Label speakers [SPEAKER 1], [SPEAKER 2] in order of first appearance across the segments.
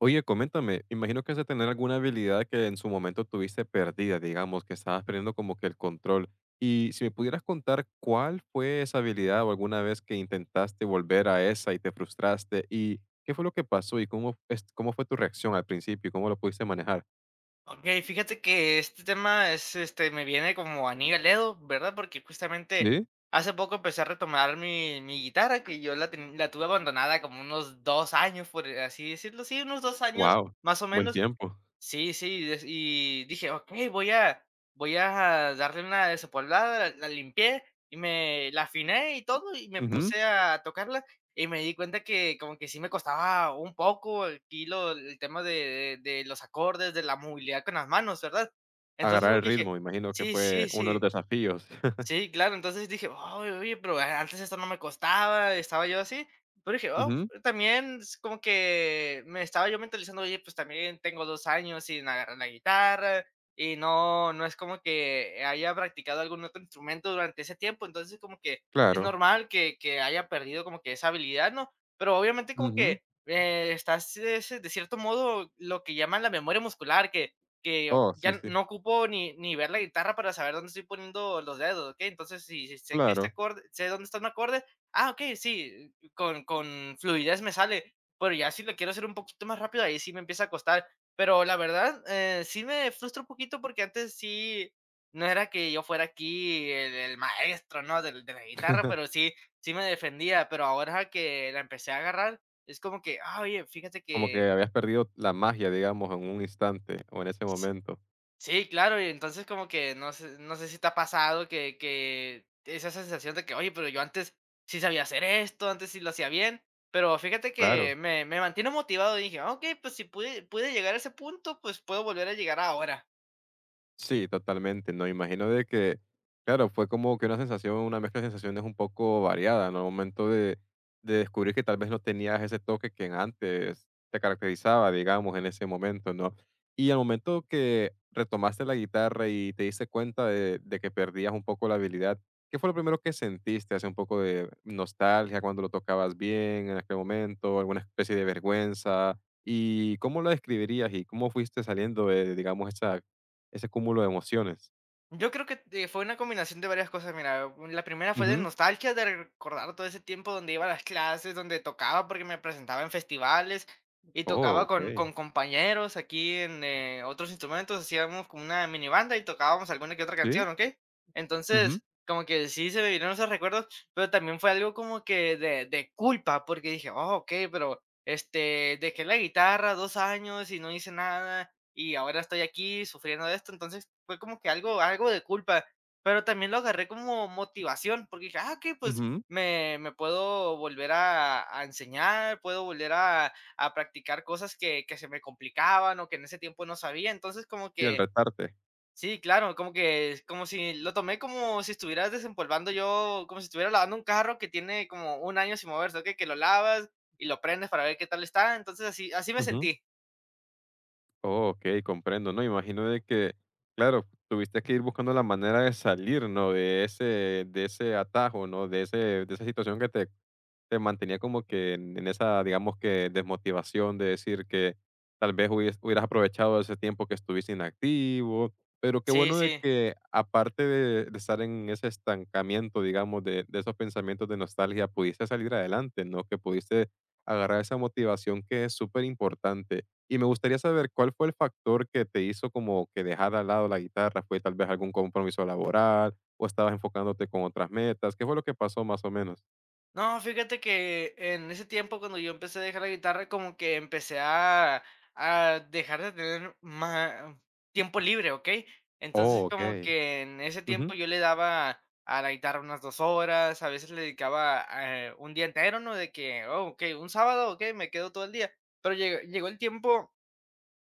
[SPEAKER 1] Oye, coméntame, imagino que has de tener alguna habilidad que en su momento tuviste perdida, digamos, que estabas perdiendo como que el control. Y si me pudieras contar cuál fue esa habilidad o alguna vez que intentaste volver a esa y te frustraste, y qué fue lo que pasó y cómo, cómo fue tu reacción al principio y cómo lo pudiste manejar.
[SPEAKER 2] Okey, fíjate que este tema es, me viene como anillo al dedo, ¿verdad? Porque justamente
[SPEAKER 1] Sí,
[SPEAKER 2] hace poco empecé a retomar mi guitarra, que yo la tuve abandonada como unos 2 años, por así decirlo, sí, unos 2 años
[SPEAKER 1] wow,
[SPEAKER 2] más o
[SPEAKER 1] buen
[SPEAKER 2] menos.
[SPEAKER 1] tiempo.
[SPEAKER 2] Sí, sí, des y dije: "Okey, voy a darle una desempolvada", la limpié y me la afiné y todo, y me
[SPEAKER 1] Ujú.
[SPEAKER 2] puse a tocarla, y me di cuenta que como que sí me costaba un poco aquí lo el tema de los acordes, de la movilidad con las manos, ¿verdad? Entonces,
[SPEAKER 1] Agarrar
[SPEAKER 2] como
[SPEAKER 1] el
[SPEAKER 2] que dije
[SPEAKER 1] ritmo, me imagino que
[SPEAKER 2] sí,
[SPEAKER 1] fue
[SPEAKER 2] sí,
[SPEAKER 1] uno de
[SPEAKER 2] sí.
[SPEAKER 1] los desafíos.
[SPEAKER 2] Sí, claro, entonces dije: Oye, pero antes esto no me costaba", estaba yo así, pero dije: "Oh",
[SPEAKER 1] Ujú.
[SPEAKER 2] también es como que me estaba yo mentalizando: "Oye, pues también tengo 2 años sin agarrar la guitarra, y no es como que haya practicado algún otro instrumento durante ese tiempo, entonces como que es
[SPEAKER 1] Claro.
[SPEAKER 2] normal que haya perdido como que esa habilidad", ¿no? Pero obviamente como
[SPEAKER 1] Ujú.
[SPEAKER 2] que, estás, es de cierto modo, lo que llaman la memoria muscular, que o
[SPEAKER 1] Oh, sí,
[SPEAKER 2] ya
[SPEAKER 1] sí,
[SPEAKER 2] no ocupo ni ver la guitarra para saber dónde estoy poniendo los dedos, ¿ok? Entonces, si sé que este
[SPEAKER 1] claro.
[SPEAKER 2] acorde sé dónde está un acorde, ah, ok, sí, con fluidez me sale, pero ya si lo quiero hacer un poquito más rápido, ahí sí me empieza a costar. Pero la verdad, sí me frustra un poquito porque antes sí, no era que yo fuera aquí el maestro, ¿no?, del de la guitarra, pero sí me defendía, pero ahora que la empecé a agarrar, es como que: "Ah, oye, fíjate
[SPEAKER 1] Como
[SPEAKER 2] que".
[SPEAKER 1] que habías perdido la magia, digamos, en un instante o en ese momento.
[SPEAKER 2] Sí, claro, y entonces como que no sé si te ha pasado que esa sensación de que: "Oye, pero yo antes sí sabía hacer esto, antes sí lo hacía bien", pero fíjate
[SPEAKER 1] Claro.
[SPEAKER 2] que me mantiene motivado, y dije: "Ah, okey, pues si pude llegar a ese punto, pues puedo volver a llegar ahora".
[SPEAKER 1] Sí, totalmente, ¿no? Imagino de que, claro, fue como que una sensación, una mezcla de sensaciones un poco variada, ¿no? Al momento de descubrir que tal vez no tenías ese toque que antes te caracterizaba, digamos, en ese momento, ¿no? Y al momento que retomaste la guitarra y te diste cuenta de que perdías un poco la habilidad, ¿qué fue lo primero que sentiste? ¿Hace un poco de nostalgia cuando lo tocabas bien en aquel momento? ¿Alguna especie de vergüenza? ¿Y cómo lo describirías y cómo fuiste saliendo de, digamos, esa ese cúmulo de emociones?
[SPEAKER 2] Yo creo que, fue una combinación de varias cosas, mira, la primera fue de
[SPEAKER 1] Ujú.
[SPEAKER 2] nostalgia, de recordar todo ese tiempo donde iba a las clases, donde tocaba, porque me presentaba en festivales y
[SPEAKER 1] Oh,
[SPEAKER 2] tocaba con
[SPEAKER 1] okey.
[SPEAKER 2] compañeros aquí en, otros instrumentos, hacíamos como una mini banda y tocábamos alguna que otra canción,
[SPEAKER 1] Sí.
[SPEAKER 2] ¿ok?
[SPEAKER 1] Ujú,
[SPEAKER 2] Entonces, como que sí se me vinieron esos recuerdos, pero también fue algo como que de culpa, porque dije: "Oh, ok pero, dejé la guitarra 2 años y no hice nada, y ahora estoy aquí sufriendo de esto, entonces fue como que algo de culpa, pero también lo agarré como motivación, porque dije: "Ah, okey, pues
[SPEAKER 1] ujú.
[SPEAKER 2] me puedo volver a enseñar, puedo volver a practicar cosas que se me complicaban o que en ese tiempo no sabía", entonces como
[SPEAKER 1] Y al
[SPEAKER 2] que
[SPEAKER 1] retarte.
[SPEAKER 2] sí, claro, como que es como si lo tomé como si estuvieras desempolvando yo como si estuviera lavando un carro que tiene como un año sin moverse, okey, que lo lavas y lo prendes para ver qué tal está, entonces así así me
[SPEAKER 1] Ujú.
[SPEAKER 2] sentí.
[SPEAKER 1] Oh, okey, comprendo, ¿no? Imagino de que, claro, tuviste que ir buscando la manera de salir, ¿no? De ese atajo, ¿no? De ese de esa situación que te te mantenía como que en esa, digamos que desmotivación de decir que tal vez hubieras aprovechado ese tiempo que estuviste inactivo, pero qué
[SPEAKER 2] Sí,
[SPEAKER 1] bueno de
[SPEAKER 2] sí.
[SPEAKER 1] que aparte de estar en ese estancamiento, digamos, de esos pensamientos de nostalgia, pudiste salir adelante, ¿no? Que pudiste agarrar esa motivación que es súper importante. Y me gustaría saber cuál fue el factor que te hizo como que dejar al lado la guitarra, fue tal vez algún compromiso laboral o estabas enfocándote con otras metas, ¿qué fue lo que pasó más o menos?
[SPEAKER 2] No, fíjate que en ese tiempo cuando yo empecé a dejar la guitarra, como que empecé a dejar de tener más tiempo libre, ¿ok? Entonces
[SPEAKER 1] Oh,
[SPEAKER 2] como
[SPEAKER 1] ok.
[SPEAKER 2] que en ese
[SPEAKER 1] Ujú,
[SPEAKER 2] tiempo yo le daba a la guitarra unas 2 horas, a veces le dedicaba un día entero, ¿no? De que, oh, ok, un sábado, ok, me quedo todo el día. Pero llegó el tiempo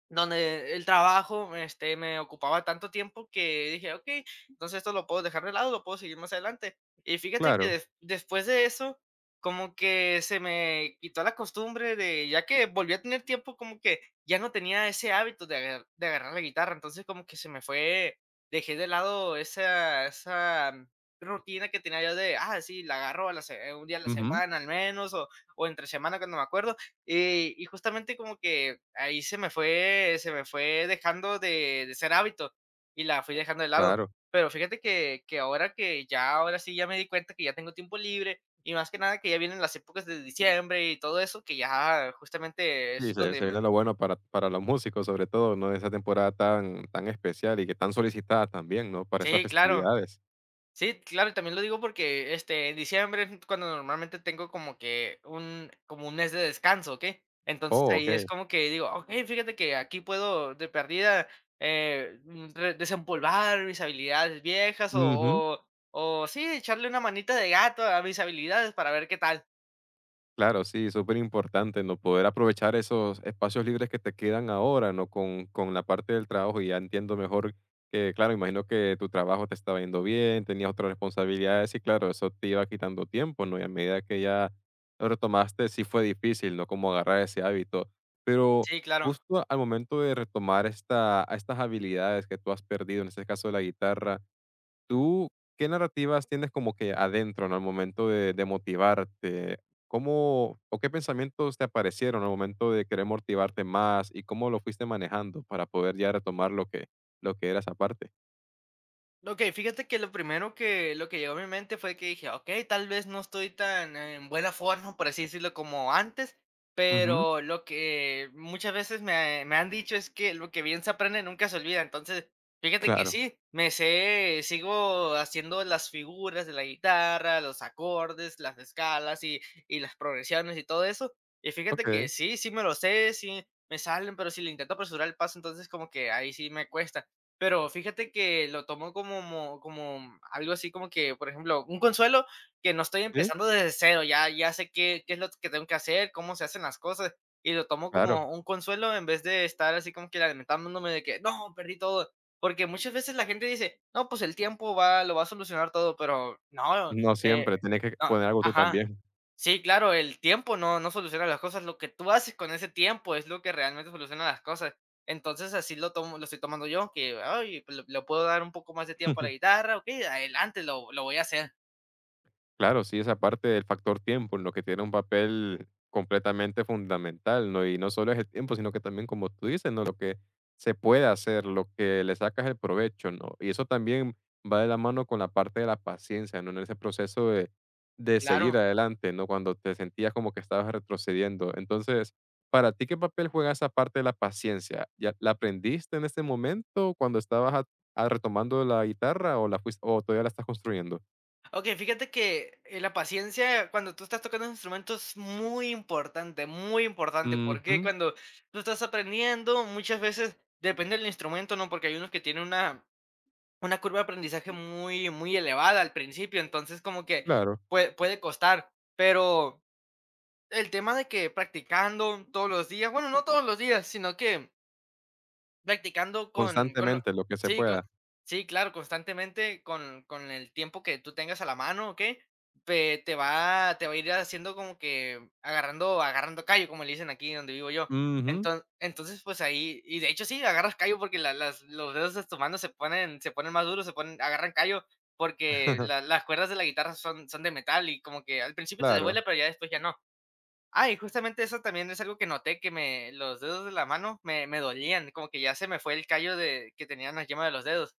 [SPEAKER 2] donde el trabajo, me ocupaba tanto tiempo que dije: "Okey, entonces esto lo puedo dejar de lado, lo puedo seguir más adelante". Y fíjate que
[SPEAKER 1] claro,
[SPEAKER 2] después de eso, como que se me quitó la costumbre de ya que volví a tener tiempo, como que ya no tenía ese hábito de agar de agarrar la guitarra. Entonces, como que se me fue dejé de lado esa rutina que tenía yo de, ah, sí, la agarro a la se un día a la
[SPEAKER 1] ujú,
[SPEAKER 2] semana al menos, o entre semana cuando me acuerdo. Y justamente como que ahí se me fue dejando de ser hábito, y la fui dejando de lado.
[SPEAKER 1] claro.
[SPEAKER 2] Pero fíjate que ahora que ya ahora sí ya me di cuenta que ya tengo tiempo libre, y más que nada que ya vienen las épocas de diciembre y todo eso, que ya justamente
[SPEAKER 1] Y
[SPEAKER 2] es
[SPEAKER 1] se
[SPEAKER 2] donde
[SPEAKER 1] se viene lo bueno para los músicos, sobre todo, ¿no? Esa temporada tan tan especial y que tan solicitada también, ¿no? Para esas
[SPEAKER 2] sí, claro.
[SPEAKER 1] festividades.
[SPEAKER 2] Sí, claro, y también lo digo porque, en diciembre es cuando normalmente tengo como que un como un mes de descanso, ¿okey? Entonces,
[SPEAKER 1] Oh,
[SPEAKER 2] ahí es
[SPEAKER 1] okey.
[SPEAKER 2] como que digo: "Okey, fíjate que aquí puedo de perdida, re desempolvar mis habilidades viejas o
[SPEAKER 1] Ujú.
[SPEAKER 2] o sí, echarle una manita de gato a mis habilidades para ver qué tal".
[SPEAKER 1] Claro, sí, súper importante, ¿no? Poder aprovechar esos espacios libres que te quedan ahora, ¿no? Con la parte del trabajo y ya entiendo mejor que, claro, imagino que tu trabajo te estaba yendo bien, tenías otras responsabilidades y claro, eso te iba quitando tiempo, ¿no? Y a medida que ya lo retomaste, sí fue difícil, ¿no? Como agarrar ese hábito. Pero
[SPEAKER 2] Sí, claro.
[SPEAKER 1] justo al momento de retomar esta, a estas habilidades que tú has perdido, en este caso la guitarra, ¿tú qué narrativas tienes como que adentro, ¿no? al momento de motivarte? ¿Cómo o qué pensamientos te aparecieron al momento de querer motivarte más y cómo lo fuiste manejando para poder ya retomar lo que era esa parte?
[SPEAKER 2] Ok, fíjate que lo primero que lo que llegó a mi mente fue que dije: ok, tal vez no estoy tan en buena forma, por así decirlo, como antes",
[SPEAKER 1] Ujú.
[SPEAKER 2] pero lo que muchas veces me han dicho es que lo que bien se aprende nunca se olvida. Entonces, fíjate que
[SPEAKER 1] Claro.
[SPEAKER 2] sí, me sé sigo haciendo las figuras de la guitarra, los acordes, las escalas y las progresiones y todo eso. Y fíjate que
[SPEAKER 1] Ok.
[SPEAKER 2] sí, sí me lo sé, sí me salen, pero si le intento apresurar el paso, entonces como que ahí sí me cuesta. Pero fíjate que lo tomo como algo así como que, por ejemplo, un consuelo que no estoy
[SPEAKER 1] Sí,
[SPEAKER 2] empezando desde cero, ya sé qué es lo que tengo que hacer, cómo se hacen las cosas, y lo tomo
[SPEAKER 1] claro.
[SPEAKER 2] como un consuelo en vez de estar así como que lamentándome de que: "No, perdí todo". Porque muchas veces la gente dice: "No, pues el tiempo va lo va a solucionar todo", pero no,
[SPEAKER 1] No
[SPEAKER 2] eh,
[SPEAKER 1] siempre. Tienes que poner algo tú
[SPEAKER 2] ajá.
[SPEAKER 1] también.
[SPEAKER 2] Sí, claro, el tiempo no soluciona las cosas, lo que tú haces con ese tiempo es lo que realmente soluciona las cosas. Entonces, así lo estoy tomando yo, que, ay, pues, le puedo dar un poco más de tiempo a la guitarra, ¿ok? adelante, lo voy a hacer,
[SPEAKER 1] Claro, sí, esa parte del factor tiempo, en lo que tiene un papel completamente fundamental, ¿no? Y no solo es el tiempo, sino que también, como tú dices, ¿no? Lo que se puede hacer, lo que le sacas el provecho, ¿no? Y eso también va de la mano con la parte de la paciencia, ¿no? En ese proceso de seguir
[SPEAKER 2] claro.
[SPEAKER 1] adelante, ¿no? Cuando te sentías como que estabas retrocediendo. Entonces, ¿para ti qué papel juega esa parte de la paciencia? ¿Ya la aprendiste en ese momento cuando estabas retomando la guitarra o la o todavía la estás construyendo?
[SPEAKER 2] Okey, fíjate que, la paciencia cuando tú estás tocando un instrumento es muy importante, porque cuando tú estás aprendiendo, muchas veces depende del instrumento, ¿no? Porque hay unos que tienen una curva de aprendizaje muy, muy elevada al principio, entonces como que
[SPEAKER 1] Claro,
[SPEAKER 2] puede costar, pero el tema de que practicando todos los días, bueno, no todos los días, sino que practicando con
[SPEAKER 1] constantemente lo que se
[SPEAKER 2] sí, con
[SPEAKER 1] pueda.
[SPEAKER 2] sí, claro, constantemente con el tiempo que tú tengas a la mano o qué, pe te va a ir haciendo como que agarrando callo, como le dicen aquí donde vivo yo.
[SPEAKER 1] Ujú.
[SPEAKER 2] Entonces, pues, ahí y de hecho sí, agarras callo porque la las los dedos de tus manos se ponen más duros, se ponen agarran callo porque la las cuerdas de la guitarra son de metal y como que al principio te
[SPEAKER 1] Claro.
[SPEAKER 2] duele, pero ya después ya no. Ah, y justamente eso también es algo que noté, que me los dedos de la mano me dolían, como que ya se me fue el callo de que tenían la yema de los dedos.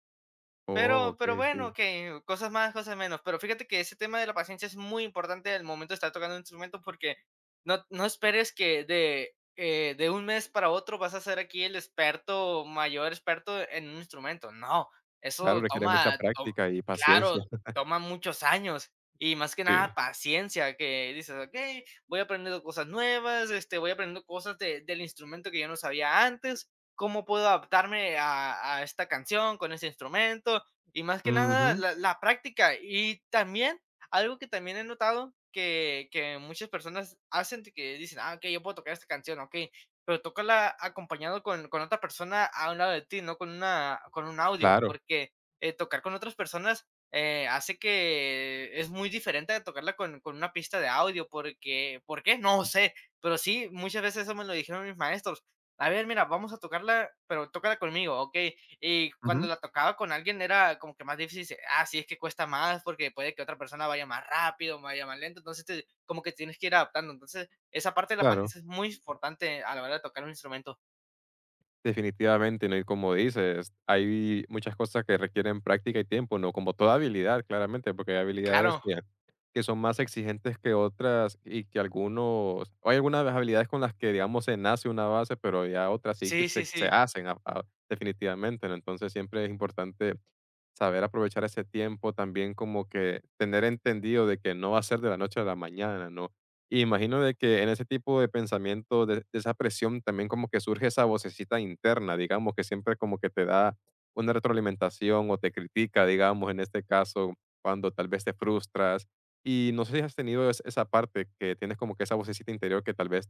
[SPEAKER 1] Oh,
[SPEAKER 2] Pero
[SPEAKER 1] okey, sí.
[SPEAKER 2] bueno, que cosas más, cosas menos. Pero fíjate que ese tema de la paciencia es muy importante al momento de estar tocando un instrumento, porque no esperes que de un mes para otro vas a ser aquí el experto, mayor experto en un instrumento. No,
[SPEAKER 1] Claro,
[SPEAKER 2] eso
[SPEAKER 1] requiere mucha
[SPEAKER 2] toma to
[SPEAKER 1] práctica y paciencia.
[SPEAKER 2] claro, toma muchos años y más que nada
[SPEAKER 1] Sí.
[SPEAKER 2] paciencia, que dices: "Okey, voy aprendiendo cosas nuevas, voy aprendiendo cosas de del instrumento que yo no sabía antes, cómo puedo adaptarme a esta canción con ese instrumento". Y más que nada
[SPEAKER 1] Ujú,
[SPEAKER 2] la práctica. Y también, algo que también he notado que, muchas personas hacen, de que dicen, ah, ok, yo puedo tocar esta canción, ok, pero tócala acompañado con, otra persona a un lado de ti, no con, una, con un audio,
[SPEAKER 1] claro.
[SPEAKER 2] porque tocar con otras personas hace que es muy diferente de tocarla con, una pista de audio, porque, ¿por qué? No sé, pero sí, muchas veces eso me lo dijeron mis maestros. A ver, mira, vamos a tocarla, pero tócala conmigo, ok. Y cuando
[SPEAKER 1] Ujú,
[SPEAKER 2] la tocaba con alguien era como que más difícil, dice, ah, sí, es que cuesta más porque puede que otra persona vaya más rápido, vaya más lento, entonces como que tienes que ir adaptando. Entonces, esa parte de la
[SPEAKER 1] claro.
[SPEAKER 2] paciencia es muy importante a la hora de tocar un instrumento.
[SPEAKER 1] Definitivamente, ¿no? Y como dices, hay muchas cosas que requieren práctica y tiempo, ¿no? Como toda habilidad, claramente, porque hay habilidades
[SPEAKER 2] Claro,
[SPEAKER 1] que son más exigentes que otras y que algunos o hay algunas habilidades con las que, digamos, se nace una base, pero ya otras sí que
[SPEAKER 2] sí, sí,
[SPEAKER 1] se
[SPEAKER 2] sí,
[SPEAKER 1] hacen a definitivamente, ¿no? Entonces, siempre es importante saber aprovechar ese tiempo, también como que tener entendido de que no va a ser de la noche a la mañana, ¿no? Y imagino de que en ese tipo de pensamiento, de esa presión, también como que surge esa vocecita interna, digamos, que siempre como que te da una retroalimentación o te critica, digamos, en este caso, cuando tal vez te frustras. Y no sé si has tenido esa parte que tienes como que esa vocecita interior que tal vez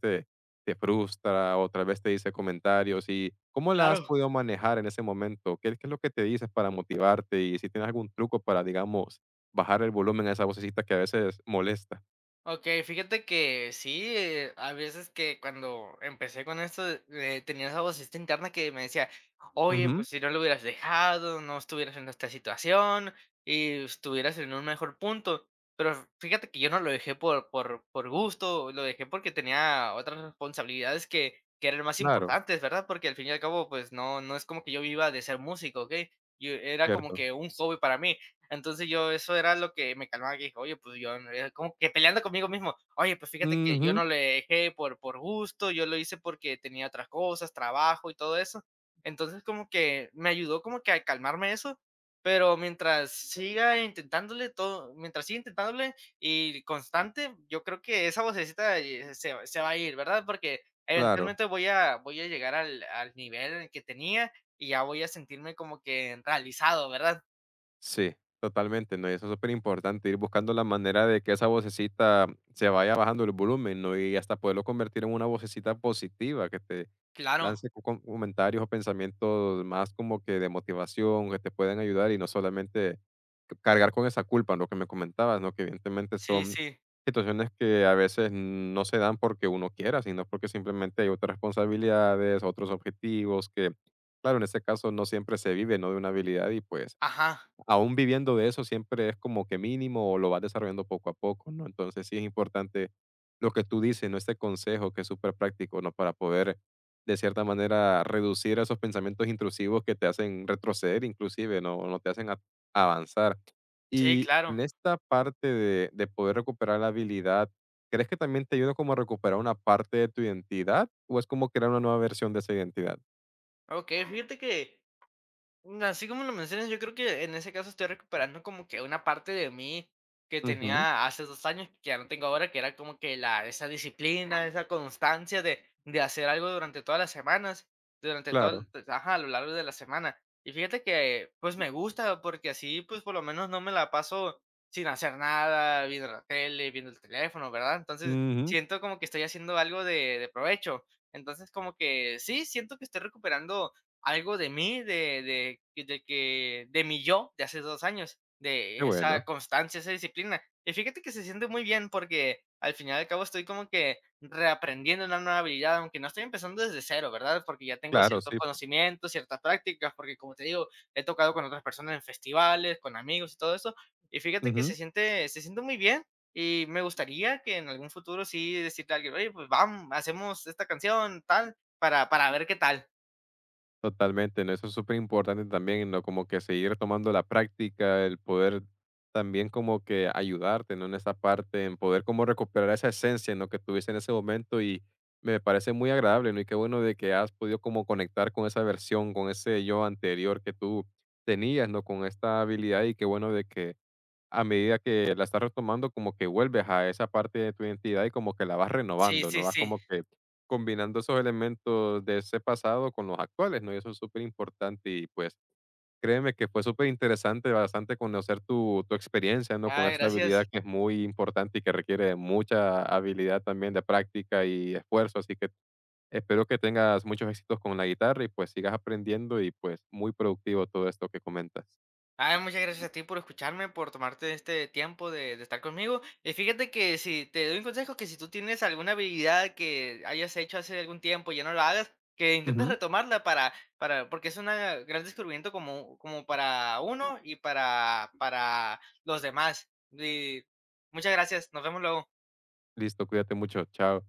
[SPEAKER 1] te frustra, otra vez te dice comentarios y ¿cómo la has
[SPEAKER 2] claro.
[SPEAKER 1] podido manejar en ese momento? ¿Qué, qué es lo que te dices para motivarte? Y si tienes algún truco para, digamos, bajar el volumen a esa vocecita que a veces molesta.
[SPEAKER 2] Okey, fíjate que sí, a veces que cuando empecé con esto, tenía esa vocecita interna que me decía: "Oye,
[SPEAKER 1] Ujú,
[SPEAKER 2] pues si no lo hubieras dejado, no estuvieras en esta situación y estuvieras en un mejor punto". Pero fíjate que yo no lo dejé por gusto, lo dejé porque tenía otras responsabilidades que eran más
[SPEAKER 1] claro,
[SPEAKER 2] importantes, ¿verdad? Porque al fin y al cabo, pues no es como que yo viva de ser músico, ¿okey? Yo era como
[SPEAKER 1] cierto.
[SPEAKER 2] que un hobby para mí. Entonces yo eso era lo que me calmaba, que dije: "Oye, pues yo", como que peleando conmigo mismo: "Oye, pues fíjate que yo
[SPEAKER 1] Ujú,
[SPEAKER 2] no le dejé por gusto, yo lo hice porque tenía otras cosas, trabajo y todo eso". Entonces como que me ayudó como que a calmarme eso, pero mientras siga intentándole y constante, yo creo que esa vocecita, se va a ir, ¿verdad? Porque
[SPEAKER 1] claro.
[SPEAKER 2] eventualmente voy a llegar al nivel en el que tenía y ya voy a sentirme como que realizado, ¿verdad?
[SPEAKER 1] Sí, totalmente, ¿no? Y eso es súper importante, ir buscando la manera de que esa vocecita se vaya bajando el volumen, ¿no? Y hasta poderlo convertir en una vocecita positiva, que te
[SPEAKER 2] Claro.
[SPEAKER 1] lance comentarios o pensamientos más como que de motivación, que te pueden ayudar y no solamente cargar con esa culpa, lo que me comentabas, ¿no? Que evidentemente
[SPEAKER 2] Sí,
[SPEAKER 1] son
[SPEAKER 2] sí.
[SPEAKER 1] situaciones que a veces no se dan porque uno quiera, sino porque simplemente hay otras responsabilidades, otros objetivos que, claro, en este caso no siempre se vive, ¿no? De una habilidad y pues
[SPEAKER 2] Ajá.
[SPEAKER 1] aún viviendo de eso, siempre es como que mínimo o lo vas desarrollando poco a poco, ¿no? Entonces sí es importante lo que tú dices, ¿no? Este consejo que es súper práctico, ¿no? Para poder, de cierta manera, reducir esos pensamientos intrusivos que te hacen retroceder, inclusive, ¿no? O no te hacen avanzar.
[SPEAKER 2] Sí,
[SPEAKER 1] Y
[SPEAKER 2] claro.
[SPEAKER 1] en esta parte de poder recuperar la habilidad, ¿crees que también te ayuda como a recuperar una parte de tu identidad? ¿O es como crear una nueva versión de esa identidad?
[SPEAKER 2] Okey, fíjate que, así como lo mencionas, yo creo que en ese caso estoy recuperando como que una parte de mí que
[SPEAKER 1] Ujú,
[SPEAKER 2] tenía hace 2 años, que ya no tengo ahora, que era como que esa disciplina, esa constancia de hacer algo durante todas las semanas, durante todo,
[SPEAKER 1] claro.
[SPEAKER 2] pues, ajá, a lo largo de la semana. Y fíjate que pues me gusta porque así pues por lo menos no me la paso sin hacer nada, viendo la tele, viendo el teléfono, ¿verdad? Entonces
[SPEAKER 1] Ujú,
[SPEAKER 2] siento como que estoy haciendo algo de provecho. Entonces como que sí, siento que estoy recuperando algo de mí, de mi yo de hace 2 años,
[SPEAKER 1] qué
[SPEAKER 2] de esa
[SPEAKER 1] bueno.
[SPEAKER 2] constancia, esa disciplina. Y fíjate que se siente muy bien, porque al final y al cabo estoy como que reaprendiendo una nueva habilidad, aunque no estoy empezando desde cero, ¿verdad? Porque ya tengo
[SPEAKER 1] Claro,
[SPEAKER 2] ciertos
[SPEAKER 1] sí.
[SPEAKER 2] conocimientos, ciertas prácticas, porque como te digo, he tocado con otras personas en festivales, con amigos y todo eso. Y fíjate que
[SPEAKER 1] Ujú.
[SPEAKER 2] se siente muy bien, y me gustaría que en algún futuro sí decirle a alguien: "Oye, pues vamos hacemos esta canción, tal", para ver qué tal.
[SPEAKER 1] Totalmente, ¿no? Eso es súper importante también, ¿no? Como que seguir tomando la práctica, el poder también como que ayudarte, ¿no? En esa parte, en poder como recuperar esa esencia, ¿no? Que tuviste en ese momento y me parece muy agradable, ¿no? Y qué bueno de que has podido como conectar con esa versión, con ese yo anterior que tú tenías, ¿no? Con esta habilidad y qué bueno de que a medida que la estás retomando, como que vuelves a esa parte de tu identidad y como que la vas
[SPEAKER 2] Sí,
[SPEAKER 1] renovando,
[SPEAKER 2] sí,
[SPEAKER 1] ¿no? Vas
[SPEAKER 2] sí.
[SPEAKER 1] como que combinando esos elementos de ese pasado con los actuales, ¿no? Y eso es súper importante y pues créeme que fue súper interesante, bastante conocer tu, tu experiencia, ¿no? Con
[SPEAKER 2] Ah,
[SPEAKER 1] esta habilidad
[SPEAKER 2] gracias.
[SPEAKER 1] que es muy importante y que requiere de mucha habilidad también de práctica y esfuerzo, así que espero que tengas muchos éxitos con la guitarra y pues sigas aprendiendo y pues muy productivo todo esto que comentas.
[SPEAKER 2] Ah, muchas gracias a ti por escucharme, por tomarte este tiempo de estar conmigo. Y fíjate que si te doy un consejo, que si tú tienes alguna habilidad que hayas hecho hace algún tiempo y ya no la hagas, que intentes
[SPEAKER 1] Ujú.
[SPEAKER 2] retomarla para, porque es un gran descubrimiento como para uno y para los demás. Y muchas gracias. Nos vemos luego.
[SPEAKER 1] Listo, cuídate mucho, chao.